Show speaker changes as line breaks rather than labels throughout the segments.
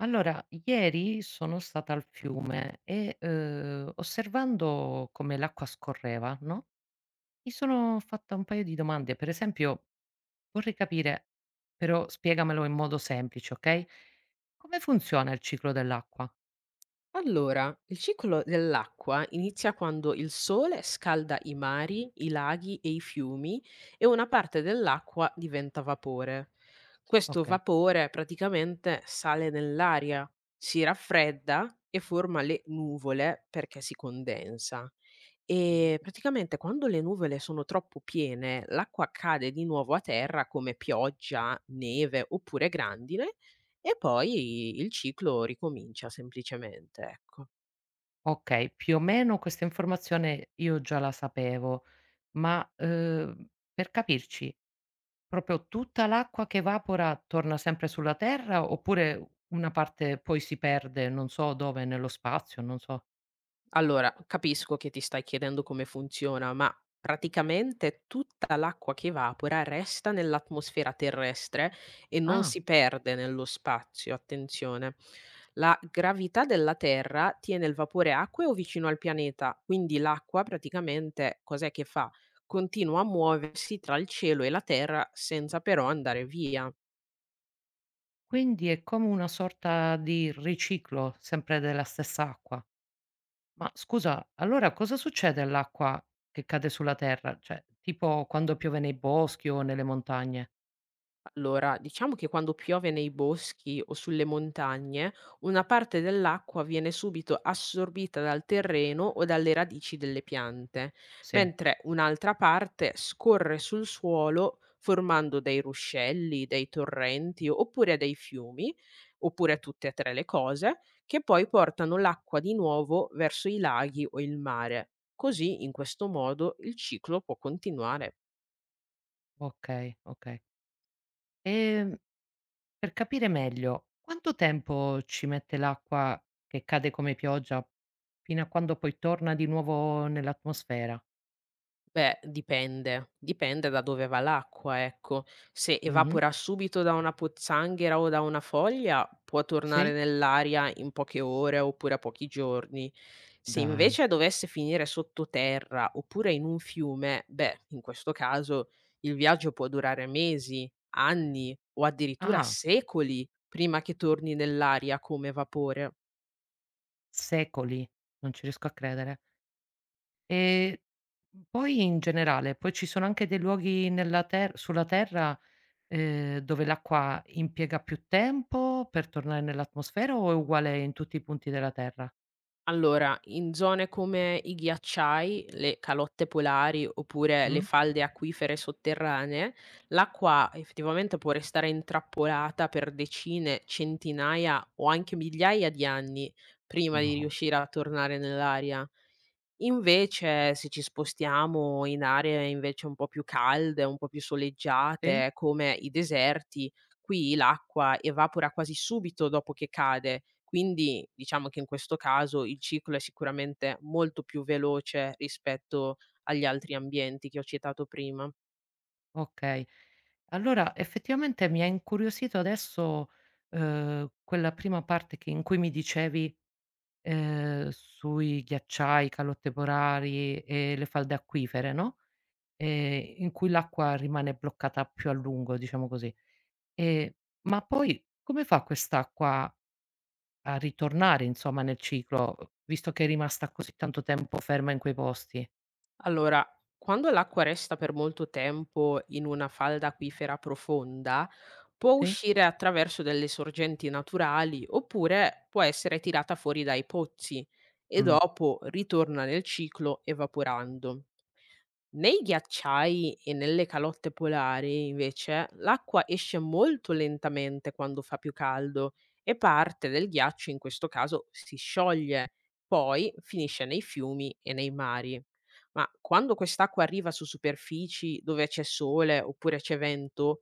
Allora, ieri sono stata al fiume e, osservando come l'acqua scorreva, no, mi sono fatta un paio di domande. Per esempio, vorrei capire, però spiegamelo in modo semplice, okay, come funziona il ciclo dell'acqua?
Allora, il ciclo dell'acqua inizia quando il sole scalda i mari, i laghi e i fiumi e una parte dell'acqua diventa vapore. Questo
Okay.
vapore praticamente sale nell'aria, si raffredda e forma le nuvole perché si condensa. E
Mh-mh.
praticamente quando le nuvole sono troppo piene, l'acqua cade di nuovo a terra come pioggia, neve oppure grandine e poi il ciclo ricomincia semplicemente, ecco.
Okay, più o meno questa informazione io già la sapevo, ma, per capirci. Proprio tutta l'acqua che evapora torna sempre sulla terra oppure una parte poi si perde, non so dove, nello spazio, non so.
Allora, capisco che ti stai chiedendo come funziona, ma praticamente tutta l'acqua che evapora resta nell'atmosfera terrestre e non
Ah,
si perde nello spazio, attenzione. La gravità della Terra tiene il vapore acqueo vicino al pianeta, quindi l'acqua praticamente cos'è che fa? Continua a muoversi tra il cielo e la Terra senza però andare via.
quindi è come una sorta di riciclo sempre della stessa acqua. Ma scusa, allora cosa succede all'acqua che cade sulla terra? Cioè, tipo quando piove nei boschi o nelle montagne?
Allora, diciamo che quando piove nei boschi o sulle montagne, una parte dell'acqua viene subito assorbita dal terreno o dalle radici delle piante,
Sì,
mentre un'altra parte scorre sul suolo formando dei ruscelli, dei torrenti oppure dei fiumi, oppure tutte e tre le cose, che poi portano l'acqua di nuovo verso i laghi o il mare. Così, in questo modo, il ciclo può continuare.
okay, okay. Ehm Per capire meglio, quanto tempo ci mette l'acqua che cade come pioggia fino a quando poi torna di nuovo nell'atmosfera?
Beh, dipende. Dipende da dove va l'acqua, ecco. Se
Mh-mh.
evapora subito da una pozzanghera o da una foglia, può tornare
Sì.
nell'aria in poche ore oppure a pochi giorni. Se
Dai.
invece dovesse finire sottoterra oppure in un fiume, beh, in questo caso il viaggio può durare mesi, anni o addirittura
Ah,
secoli prima che torni nell'aria come vapore.
secoli, non ci riesco a credere. E, poi in generale, poi ci sono anche dei luoghi nella ter sulla Terra, dove l'acqua impiega più tempo per tornare nell'atmosfera o è uguale in tutti i punti della Terra?
Allora, in zone come i ghiacciai, le calotte polari oppure le
Mh?
falde acquifere sotterranee, l'acqua effettivamente può restare intrappolata per decine, centinaia o anche migliaia di anni prima di
No.
riuscire a tornare nell'aria. Invece, se ci spostiamo in aree invece un po' più calde, un po' più
Sì.
soleggiate, come i deserti qui l'acqua evapora quasi subito dopo che cade, quindi diciamo che in questo caso il ciclo è sicuramente molto più veloce rispetto agli altri ambienti che ho citato prima.
Okay. Allora effettivamente mi ha incuriosito adesso, quella prima parte che in cui mi dicevi, sui ghiacciai, calotte polari e le falde acquifere, no, in cui l'acqua rimane bloccata più a lungo, diciamo così. Ehm, ma poi come fa quest'acqua a ritornare insomma nel ciclo, visto che è rimasta così tanto tempo ferma in quei posti?
Allora, quando l'acqua resta per molto tempo in una falda acquifera profonda, può
Sì?
uscire attraverso delle sorgenti naturali oppure può essere tirata fuori dai pozzi e
Mh,
dopo ritorna nel ciclo evaporando. Nei ghiacciai e nelle calotte polari, invece, l'acqua esce molto lentamente quando fa più caldo e parte del ghiaccio, in questo caso, si scioglie, poi finisce nei fiumi e nei mari. Ma quando quest'acqua arriva su superfici dove c'è sole oppure c'è vento,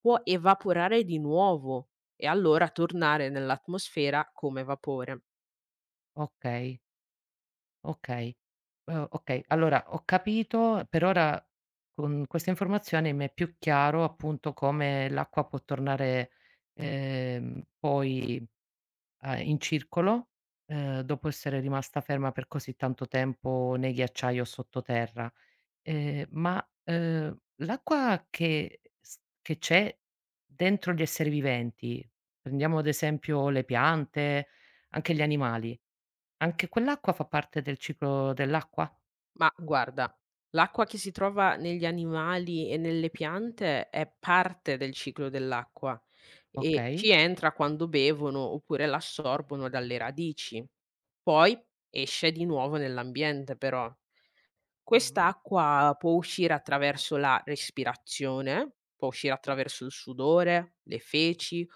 può evaporare di nuovo e allora tornare nell'atmosfera come vapore.
okay. Okay. Okay, allora ho capito, per ora con queste informazioni mi è più chiaro appunto come l'acqua può tornare, poi a in circolo, dopo essere rimasta ferma per così tanto tempo nei ghiacciai o sottoterra. L'acqua che s che c'è dentro gli esseri viventi, prendiamo ad esempio le piante, anche gli animali, anche quell'acqua fa parte del ciclo dell'acqua?
Ma guarda, l'acqua che si trova negli animali e nelle piante è parte del ciclo dell'acqua e ci
Okay.
entra quando bevono oppure l'assorbono dalle radici. Poi esce di nuovo nell'ambiente, però.
Mh-mh.
Quest'acqua può uscire attraverso la respirazione, può uscire attraverso il sudore, le feci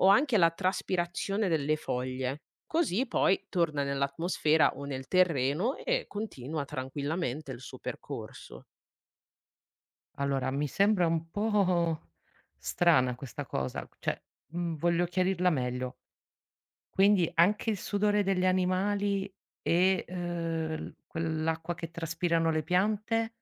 o anche la traspirazione delle foglie. Così poi torna nell'atmosfera o nel terreno e continua tranquillamente il suo percorso.
Allora mi sembra un po' strana questa cosa, cioè, voglio chiarirla meglio. Quindi anche il sudore degli animali e, l quell'acqua che traspirano le piante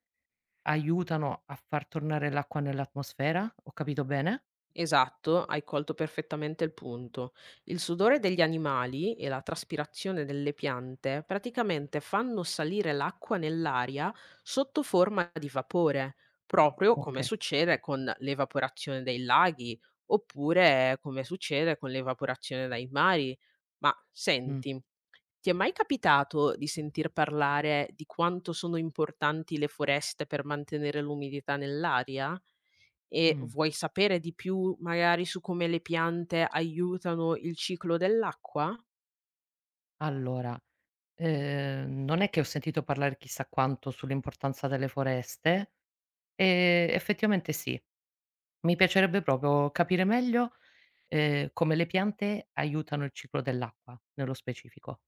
aiutano a far tornare l'acqua nell'atmosfera? Ho capito bene?
Esatto, hai colto perfettamente il punto. Il sudore degli animali e la traspirazione delle piante praticamente fanno salire l'acqua nell'aria sotto forma di vapore, proprio come
Okay.
succede con l'evaporazione dei laghi, oppure come succede con l'evaporazione dai mari. Ma
Mh.
senti, ti è mai capitato di sentir parlare di quanto sono importanti le foreste per mantenere l'umidità nell'aria? E
Mh.
vuoi sapere di più magari su come le piante aiutano il ciclo dell'acqua?
Allora, non è che ho sentito parlare chissà quanto sull'importanza delle foreste, effettivamente sì. Mi piacerebbe proprio capire meglio, come le piante aiutano il ciclo dell'acqua, nello specifico.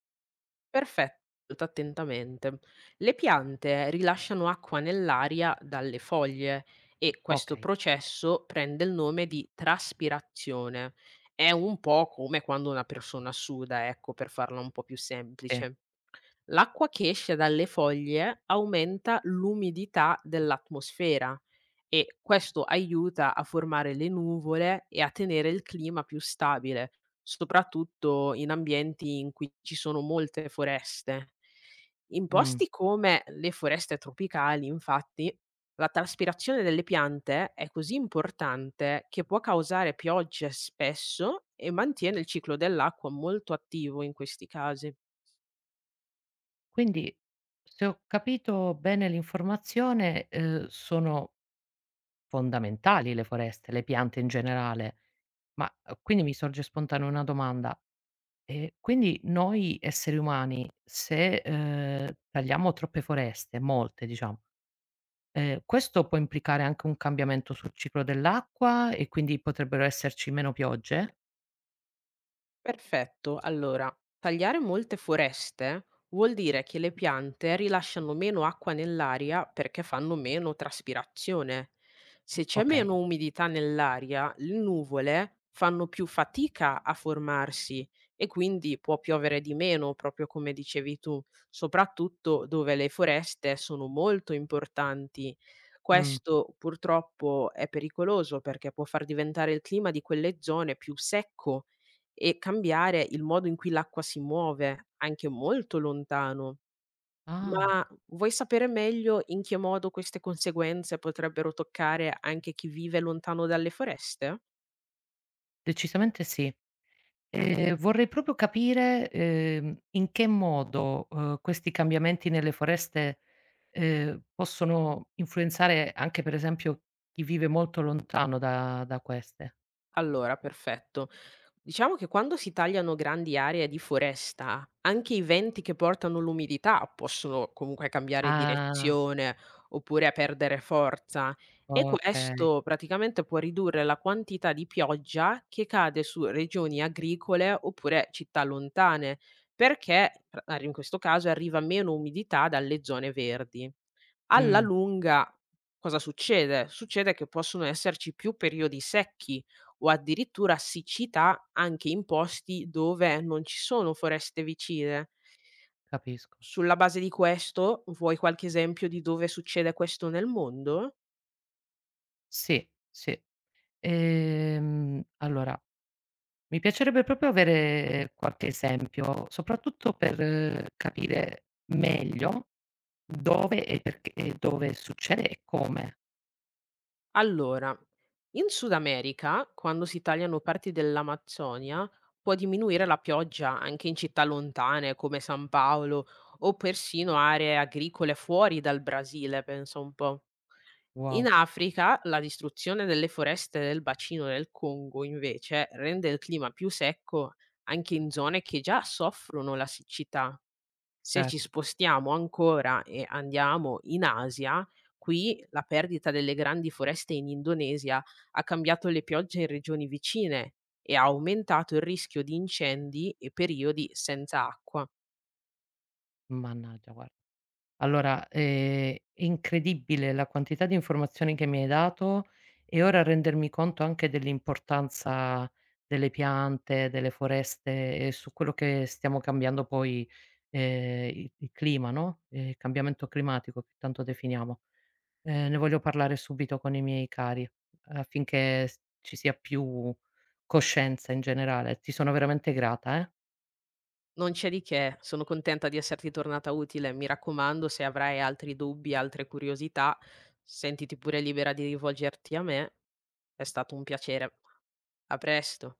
Perfetto, ascolta attentamente. Le piante rilasciano acqua nell'aria dalle foglie e questo
Okay,
processo prende il nome di traspirazione. È un po' come quando una persona suda, ecco, per farla un po' più
sì.
semplice. L'acqua che esce dalle foglie aumenta l'umidità dell'atmosfera e questo aiuta a formare le nuvole e a tenere il clima più stabile, soprattutto in ambienti in cui ci sono molte foreste. In
Mh.
posti come le foreste tropicali, infatti, la traspirazione delle piante è così importante che può causare piogge spesso e mantiene il ciclo dell'acqua molto attivo in questi casi.
Quindi, se ho capito bene l'informazione, sono fondamentali le foreste, le piante in generale. Ma, quindi mi sorge spontanea una domanda: quindi noi esseri umani se, tagliamo troppe foreste, molte diciamo, questo può implicare anche un cambiamento sul ciclo dell'acqua e quindi potrebbero esserci meno piogge?
Perfetto, allora, tagliare molte foreste vuol dire che le piante rilasciano meno acqua nell'aria perché fanno meno traspirazione. Se c'è
Okay.
meno umidità nell'aria, le nuvole fanno più fatica a formarsi e quindi può piovere di meno, proprio come dicevi tu, soprattutto dove le foreste sono molto importanti.
Mh.
Questo purtroppo è pericoloso perché può far diventare il clima di quelle zone più secco e cambiare il modo in cui l'acqua si muove, anche molto lontano.
Ah,
Ma vuoi sapere meglio in che modo queste conseguenze potrebbero toccare anche chi vive lontano dalle foreste?
decisamente sì. Vorrei proprio capire, in che modo, questi cambiamenti nelle foreste, possono influenzare anche per esempio chi vive molto lontano da queste.
Allora, perfetto. Diciamo che quando si tagliano grandi aree di foresta, anche i venti che portano l'umidità possono comunque cambiare
Ah,
direzione oppure a perdere forza e
okay.
questo praticamente può ridurre la quantità di pioggia che cade su regioni agricole oppure città lontane, perché in questo caso arriva meno umidità dalle zone verdi alla
Mh,
lunga cosa succede? Succede che possono esserci più periodi secchi o addirittura siccità anche in posti dove non ci sono foreste vicine.
capisco.
Sulla base di questo, vuoi qualche esempio di dove succede questo nel mondo?
Sì, sì. Allora, mi piacerebbe proprio avere qualche esempio, soprattutto per capire meglio dove e perché e dove succede e come.
Allora, in Sud America, quando si tagliano parti dell'Amazzonia, può diminuire la pioggia anche in città lontane come San Paolo o persino aree agricole fuori dal Brasile, pensa un po'. In
Wow,
Africa la distruzione delle foreste del bacino del Congo, invece, rende il clima più secco anche in zone che già soffrono la siccità. Se
cer
ci spostiamo ancora e andiamo in Asia, qui la perdita delle grandi foreste in Indonesia ha cambiato le piogge in regioni vicine e ha aumentato il rischio di incendi e periodi senza acqua.
mannaggia guarda. Allora, incredibile la quantità di informazioni che mi hai dato e ora rendermi conto anche dell'importanza delle piante, delle foreste e su quello che stiamo cambiando poi, i il clima, no, cambiamento climatico che tanto definiamo. Ne voglio parlare subito con i miei cari affinché s ci sia più coscienza in generale. Ti sono veramente grata, eh.
Non c'è di che, sono contenta di esserti tornata utile. Mi raccomando, se avrai altri dubbi, altre curiosità, sentiti pure libera di rivolgerti a me. È stato un piacere. A presto.